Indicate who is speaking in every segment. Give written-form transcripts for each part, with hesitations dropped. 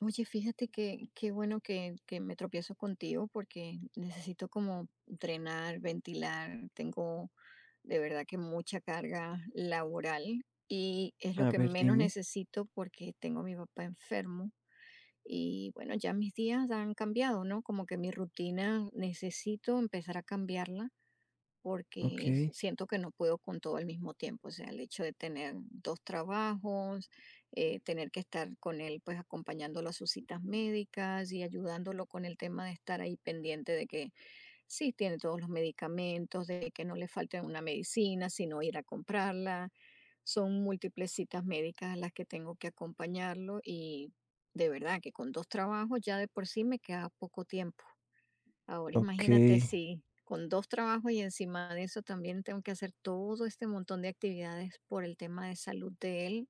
Speaker 1: Oye, fíjate que qué bueno que me tropiezo contigo porque necesito como drenar, ventilar. Tengo de verdad que mucha carga laboral y es lo
Speaker 2: A
Speaker 1: que
Speaker 2: ver,
Speaker 1: menos
Speaker 2: dime.
Speaker 1: necesito porque tengo a mi papá enfermo. Y bueno, ya mis días han cambiado, ¿no? Como que mi rutina necesito empezar a cambiarla porque
Speaker 2: Okey,
Speaker 1: siento que no puedo con todo al mismo tiempo. O sea, el hecho de tener dos trabajos, tener que estar con él, pues acompañándolo a sus citas médicas y ayudándolo con el tema de estar ahí pendiente de que sí tiene todos los medicamentos, de que no le falte una medicina, sino ir a comprarla. Son múltiples citas médicas a las que tengo que acompañarlo, y de verdad que con dos trabajos ya de por sí me queda poco tiempo. Ahora imagínate
Speaker 2: okey.
Speaker 1: si con 2 trabajos y encima de eso también tengo que hacer todo este montón de actividades por el tema de salud de él.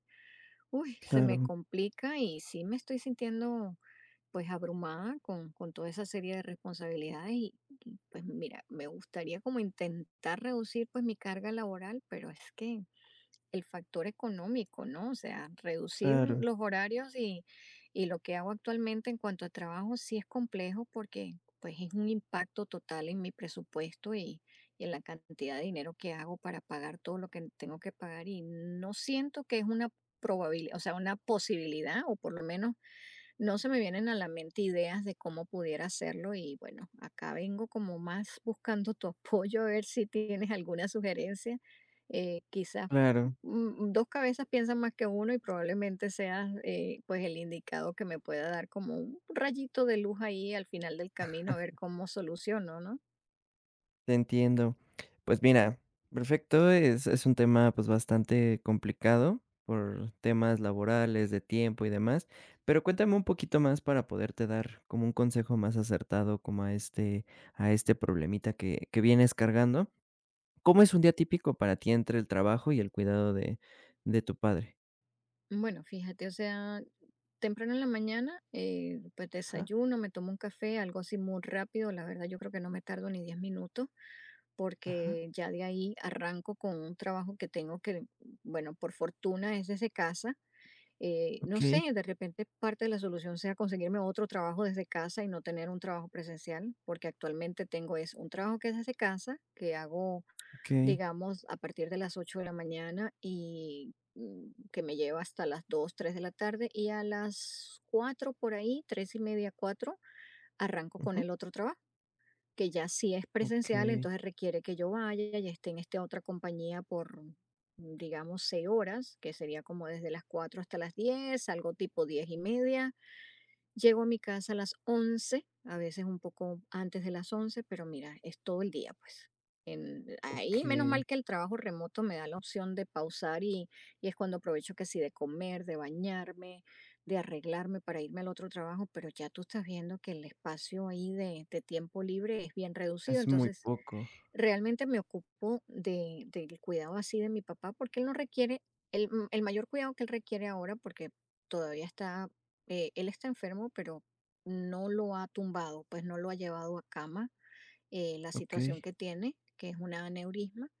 Speaker 1: Uy, se me
Speaker 2: Claro,
Speaker 1: complica y sí me estoy sintiendo pues abrumada con toda esa serie de responsabilidades y, pues mira, me gustaría como intentar reducir pues mi carga laboral, pero es que el factor económico, ¿no? O sea, reducir
Speaker 2: claro,
Speaker 1: los horarios, y lo que hago actualmente en cuanto a trabajo sí es complejo porque pues es un impacto total en mi presupuesto, y en la cantidad de dinero que hago para pagar todo lo que tengo que pagar, y no siento que es una probabilidad, o sea, una posibilidad, o por lo menos no se me vienen a la mente ideas de cómo pudiera hacerlo. Y bueno, acá vengo como más buscando tu apoyo, a ver si tienes alguna sugerencia. Eh, quizás
Speaker 2: claro,
Speaker 1: mm, dos cabezas piensan más que uno y probablemente seas, pues, el indicado que me pueda dar como un rayito de luz ahí al final del camino a ver cómo soluciono, ¿no?
Speaker 2: te entiendo. Pues mira, perfecto, es un tema, pues, bastante complicado por temas laborales, de tiempo y demás, pero cuéntame un poquito más para poderte dar como un consejo más acertado como a este problemita que vienes cargando. ¿Cómo es un día típico para ti entre el trabajo y el cuidado de tu padre?
Speaker 1: Bueno, fíjate, o sea, temprano en la mañana, pues
Speaker 2: Ajá,
Speaker 1: desayuno, me tomo un café, algo así muy rápido, la verdad yo creo que no me tardo ni 10 minutos
Speaker 2: ajá,
Speaker 1: porque ya de ahí arranco con un trabajo que tengo bueno, por fortuna es desde casa. No sé,
Speaker 2: okey,
Speaker 1: de repente parte de la solución sea conseguirme otro trabajo desde casa y no tener un trabajo presencial, porque actualmente tengo es un trabajo que es desde casa, que hago,
Speaker 2: okey.
Speaker 1: digamos, a partir de las 8 de la mañana, y que me lleva hasta las dos, 3 de la tarde, y a las 4 por ahí, 3 y media, cuatro, arranco con
Speaker 2: Ujú,
Speaker 1: el otro trabajo que ya sí es presencial,
Speaker 2: okey.
Speaker 1: entonces requiere que yo vaya y esté en esta otra compañía por, digamos, 6 horas, que sería como desde las 4 hasta las diez, algo tipo 10 y media. Llego a mi casa a las 11, a veces un poco antes de las 11, pero mira, es todo el día, pues. En, ahí, menos
Speaker 2: Okey,
Speaker 1: mal que el trabajo remoto me da la opción de pausar, y es cuando aprovecho que sí de comer, de bañarme, de arreglarme para irme al otro trabajo, pero ya tú estás viendo que el espacio ahí de tiempo libre es bien reducido,
Speaker 2: es muy
Speaker 1: entonces
Speaker 2: poco.
Speaker 1: realmente me ocupo de del cuidado así de mi papá, porque él no requiere el mayor cuidado que él requiere ahora, porque todavía está, él está enfermo, pero no lo ha tumbado, pues, no lo ha llevado a cama, la situación
Speaker 2: Okey,
Speaker 1: que tiene, que es una aneurisma.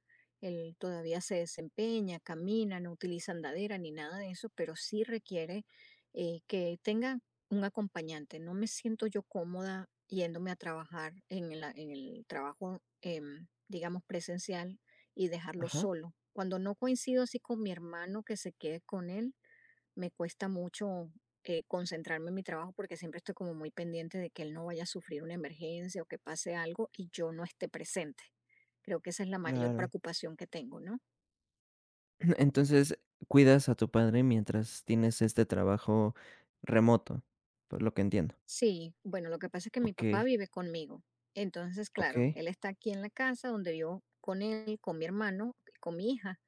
Speaker 1: Él todavía se desempeña, camina, no utiliza andadera ni nada de eso, pero sí requiere, que tenga un acompañante. No me siento yo cómoda yéndome a trabajar en, en el trabajo, digamos, presencial y dejarlo
Speaker 2: ajá,
Speaker 1: solo. Cuando no coincido así con mi hermano que se quede con él, me cuesta mucho, concentrarme en mi trabajo porque siempre estoy como muy pendiente de que él no vaya a sufrir una emergencia o que pase algo y yo no esté presente. Creo que esa es la mayor
Speaker 2: claro.
Speaker 1: preocupación que tengo, ¿no?
Speaker 2: Entonces, cuidas a tu padre mientras tienes este trabajo remoto, por lo que entiendo.
Speaker 1: Sí, bueno, lo que pasa es que mi
Speaker 2: Okey,
Speaker 1: papá vive conmigo. Entonces, claro,
Speaker 2: okey,
Speaker 1: él está aquí en la casa donde yo con él, con mi hermano, con mi hija,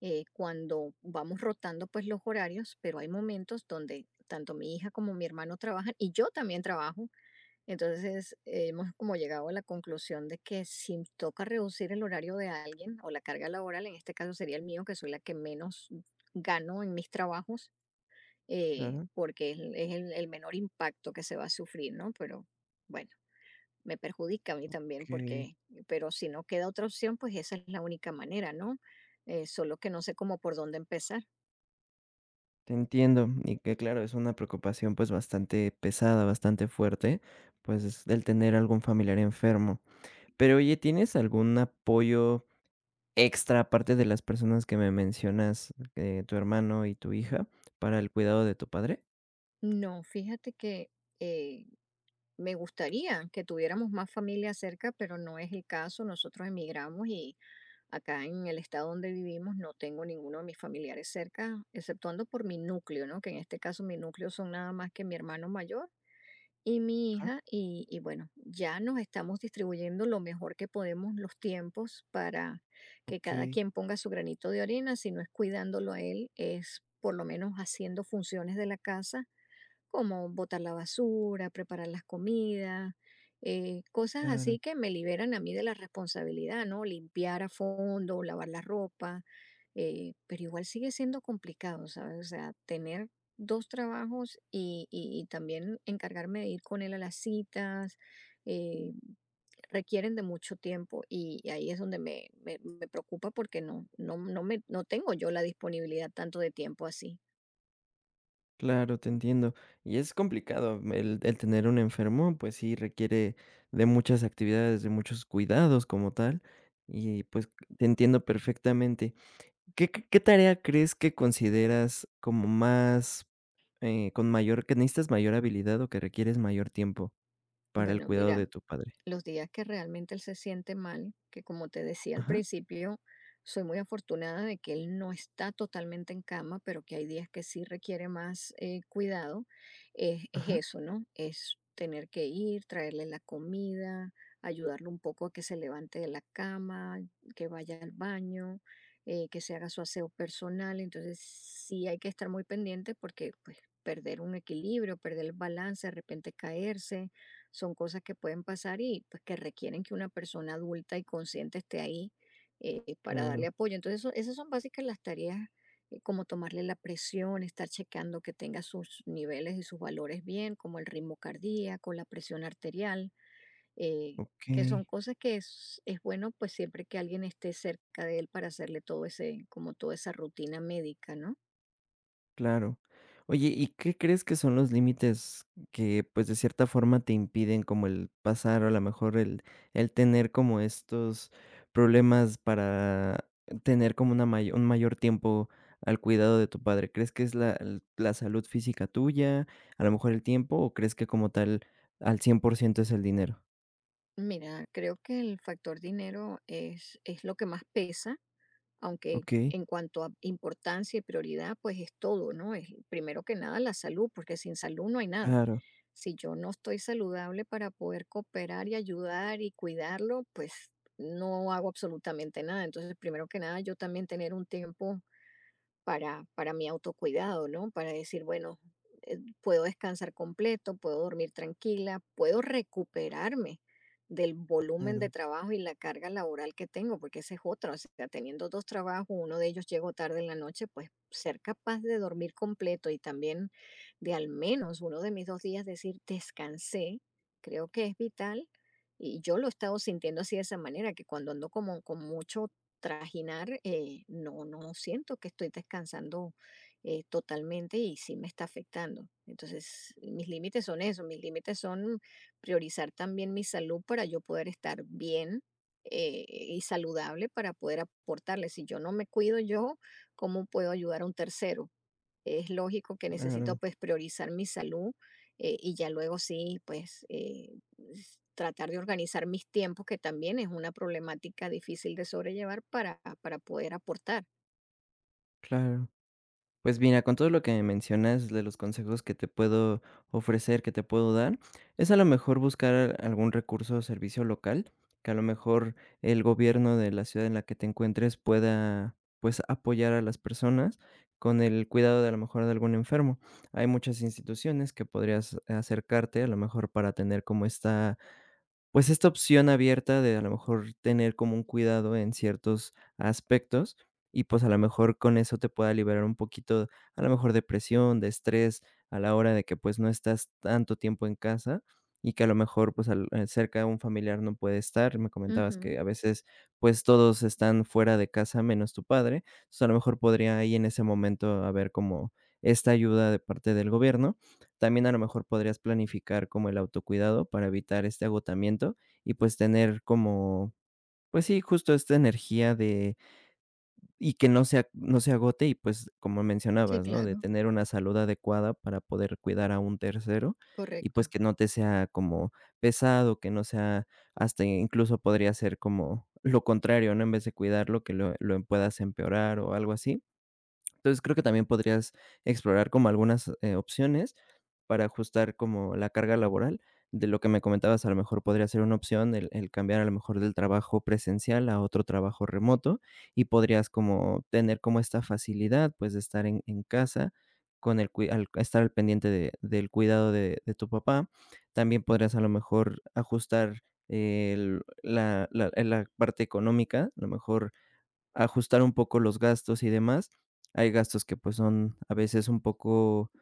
Speaker 1: cuando vamos rotando pues los horarios, pero hay momentos donde tanto mi hija como mi hermano trabajan y yo también trabajo. Entonces, hemos como llegado a la conclusión de que si toca reducir el horario de alguien o la carga laboral, en este caso sería el mío, que soy la que menos gano en mis trabajos,
Speaker 2: claro,
Speaker 1: porque es el menor impacto que se va a sufrir, ¿no? Pero bueno, me perjudica a mí también
Speaker 2: okey,
Speaker 1: porque, pero si no queda otra opción, pues esa es la única manera, ¿no? Solo que no sé cómo por dónde empezar.
Speaker 2: te entiendo. Y que claro, es una preocupación, pues, bastante pesada, bastante fuerte, pues, es el tener algún familiar enfermo. Pero oye, ¿tienes algún apoyo extra, aparte de las personas que me mencionas, tu hermano y tu hija, para el cuidado de tu padre?
Speaker 1: No, fíjate que eh, me gustaría que tuviéramos más familia cerca, pero no es el caso. Nosotros emigramos y acá en el estado donde vivimos no tengo ninguno de mis familiares cerca, exceptuando por mi núcleo, ¿no? Que en este caso mi núcleo son nada más que mi hermano mayor y mi hija. Y bueno, ya nos estamos distribuyendo lo mejor que podemos los tiempos para que cada
Speaker 2: Okey,
Speaker 1: quien ponga su granito de arena. Si no es cuidándolo a él, es por lo menos haciendo funciones de la casa como botar la basura, preparar las comidas, cosas así
Speaker 2: claro,
Speaker 1: que me liberan a mí de la responsabilidad, ¿no? Limpiar a fondo, lavar la ropa, pero igual sigue siendo complicado, ¿sabes? O sea, tener dos trabajos y también encargarme de ir con él a las citas, eh, requieren de mucho tiempo, y ahí es donde me preocupa porque no tengo yo la disponibilidad tanto de tiempo así.
Speaker 2: claro, te entiendo. Y es complicado el tener un enfermo, pues sí requiere de muchas actividades, de muchos cuidados como tal, y pues te entiendo perfectamente. ¿Qué tarea crees que consideras como más, con mayor que necesitas mayor habilidad o que requieres mayor tiempo para el
Speaker 1: Bueno,
Speaker 2: cuidado
Speaker 1: mira,
Speaker 2: de tu padre?
Speaker 1: los días que realmente él se siente mal, que como te decía al
Speaker 2: Ajá,
Speaker 1: principio, soy muy afortunada de que él no está totalmente en cama, pero que hay días que sí requiere más, cuidado, es
Speaker 2: ajá,
Speaker 1: eso, ¿no? Es tener que ir, traerle la comida, ayudarlo un poco a que se levante de la cama, que vaya al baño, que se haga su aseo personal. Entonces sí hay que estar muy pendiente porque pues perder un equilibrio, perder el balance, de repente caerse, son cosas que pueden pasar y pues que requieren que una persona adulta y consciente esté ahí, para darle
Speaker 2: claro,
Speaker 1: apoyo. Entonces, esas son básicas las tareas, como tomarle la presión, estar checando que tenga sus niveles y sus valores bien, como el ritmo cardíaco, la presión arterial, eh, que son
Speaker 2: okey.
Speaker 1: cosas que es bueno pues siempre que alguien esté cerca de él para hacerle todo ese, como toda esa rutina médica, ¿no?
Speaker 2: Claro. Oye, ¿y qué crees que son los límites que, pues, de cierta forma te impiden como el pasar, o a la mejor el tener como estos problemas para tener como una mayo un mayor tiempo al cuidado de tu padre? ¿Crees que es la salud física tuya, a lo mejor el tiempo, o crees que como tal al 100% es el dinero?
Speaker 1: Mira, creo que el factor dinero es lo que más pesa, aunque
Speaker 2: Okey,
Speaker 1: en cuanto a importancia y prioridad, pues es todo, ¿no? Es primero que nada la salud, porque sin salud no hay nada.
Speaker 2: claro,
Speaker 1: Si yo no estoy saludable para poder cooperar y ayudar y cuidarlo, pues no hago absolutamente nada. Entonces, primero que nada, yo también tener un tiempo para mi autocuidado, ¿no? Para decir, bueno, puedo descansar completo, puedo dormir tranquila, puedo recuperarme del volumen de
Speaker 2: claro,
Speaker 1: trabajo y la carga laboral que tengo, porque ese es otro, o sea, teniendo dos trabajos, uno de ellos llego tarde en la noche, pues ser capaz de dormir completo y también de al menos uno de mis 2 días decir descansé, creo que es vital. Y yo lo he estado sintiendo así de esa manera, que cuando ando como con mucho trajinar, no siento que estoy descansando, totalmente, y sí me está afectando. Entonces, mis límites son eso, mis límites son priorizar también mi salud para yo poder estar bien, y saludable para poder aportarle. Si yo no me cuido yo, ¿cómo puedo ayudar a un tercero? Es lógico que necesito
Speaker 2: claro,
Speaker 1: pues priorizar mi salud, y ya luego sí pues tratar de organizar mis tiempos, que también es una problemática difícil de sobrellevar para poder aportar.
Speaker 2: claro. Pues mira, con todo lo que mencionas de los consejos que te puedo ofrecer, que te puedo dar, es a lo mejor buscar algún recurso o servicio local, que a lo mejor el gobierno de la ciudad en la que te encuentres pueda, pues, apoyar a las personas con el cuidado de a lo mejor de algún enfermo. Hay muchas instituciones que podrías acercarte a lo mejor para tener como esta pues esta opción abierta de a lo mejor tener como un cuidado en ciertos aspectos y pues a lo mejor con eso te pueda liberar un poquito, a lo mejor de presión, de estrés a la hora de que pues no estás tanto tiempo en casa y que a lo mejor pues cerca de un familiar no puede estar. Me comentabas
Speaker 1: Ujú.
Speaker 2: que a veces pues todos están fuera de casa menos tu padre. Entonces a lo mejor podría ahí en ese momento haber como esta ayuda de parte del gobierno también a lo mejor podrías planificar como el autocuidado para evitar este agotamiento y, pues, tener como, pues sí, justo esta energía de y que no se agote y, pues, como
Speaker 1: Sí,
Speaker 2: mencionabas, ¿no? De
Speaker 1: claro,
Speaker 2: tener una salud adecuada para poder cuidar a un tercero y, pues,
Speaker 1: correcto,
Speaker 2: que no te sea como pesado, que no sea hasta incluso podría ser como lo contrario, ¿no? En vez de cuidarlo, que lo puedas empeorar o algo así. Entonces, creo que también podrías explorar como algunas, opciones para ajustar como la carga laboral. De lo que me comentabas, a lo mejor podría ser una opción el cambiar a lo mejor del trabajo presencial a otro trabajo remoto, y podrías como tener como esta facilidad, pues, de estar en casa con el cui al estar al pendiente de del cuidado de tu papá. También podrías a lo mejor ajustar el la la la parte económica, a lo mejor ajustar un poco los gastos y demás. Hay gastos que, pues, son a veces un poco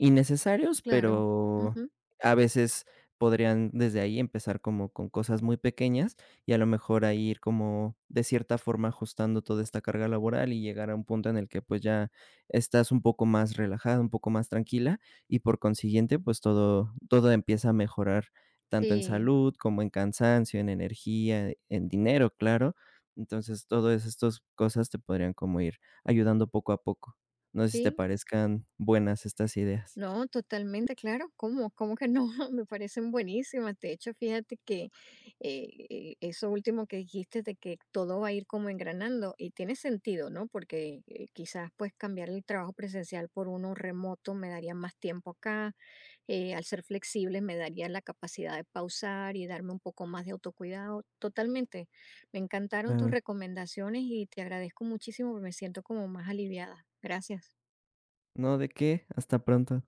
Speaker 2: innecesarios,
Speaker 1: claro.
Speaker 2: pero
Speaker 1: Ujú.
Speaker 2: a veces podrían desde ahí empezar como con cosas muy pequeñas y a lo mejor ahí ir como de cierta forma ajustando toda esta carga laboral y llegar a un punto en el que pues ya estás un poco más relajada, un poco más tranquila y por consiguiente pues todo empieza a mejorar tanto en
Speaker 1: Sí,
Speaker 2: salud como en cansancio, en energía, en dinero, claro. Entonces, todas estas cosas te podrían como ir ayudando poco a poco. No sé si te
Speaker 1: sí.
Speaker 2: parezcan buenas estas ideas.
Speaker 1: No, totalmente, claro. ¿Cómo? ¿Cómo que no? Me parecen buenísimas. De hecho, fíjate que eso último que dijiste de que todo va a ir como engranando y tiene sentido, ¿no? Porque quizás pues cambiar el trabajo presencial por uno remoto me daría más tiempo acá. Al ser flexible me daría la capacidad de pausar y darme un poco más de autocuidado. Totalmente. Me encantaron tus
Speaker 2: Claro.
Speaker 1: recomendaciones y te agradezco muchísimo, porque me siento como más aliviada. Gracias.
Speaker 2: No, ¿de qué? Hasta pronto.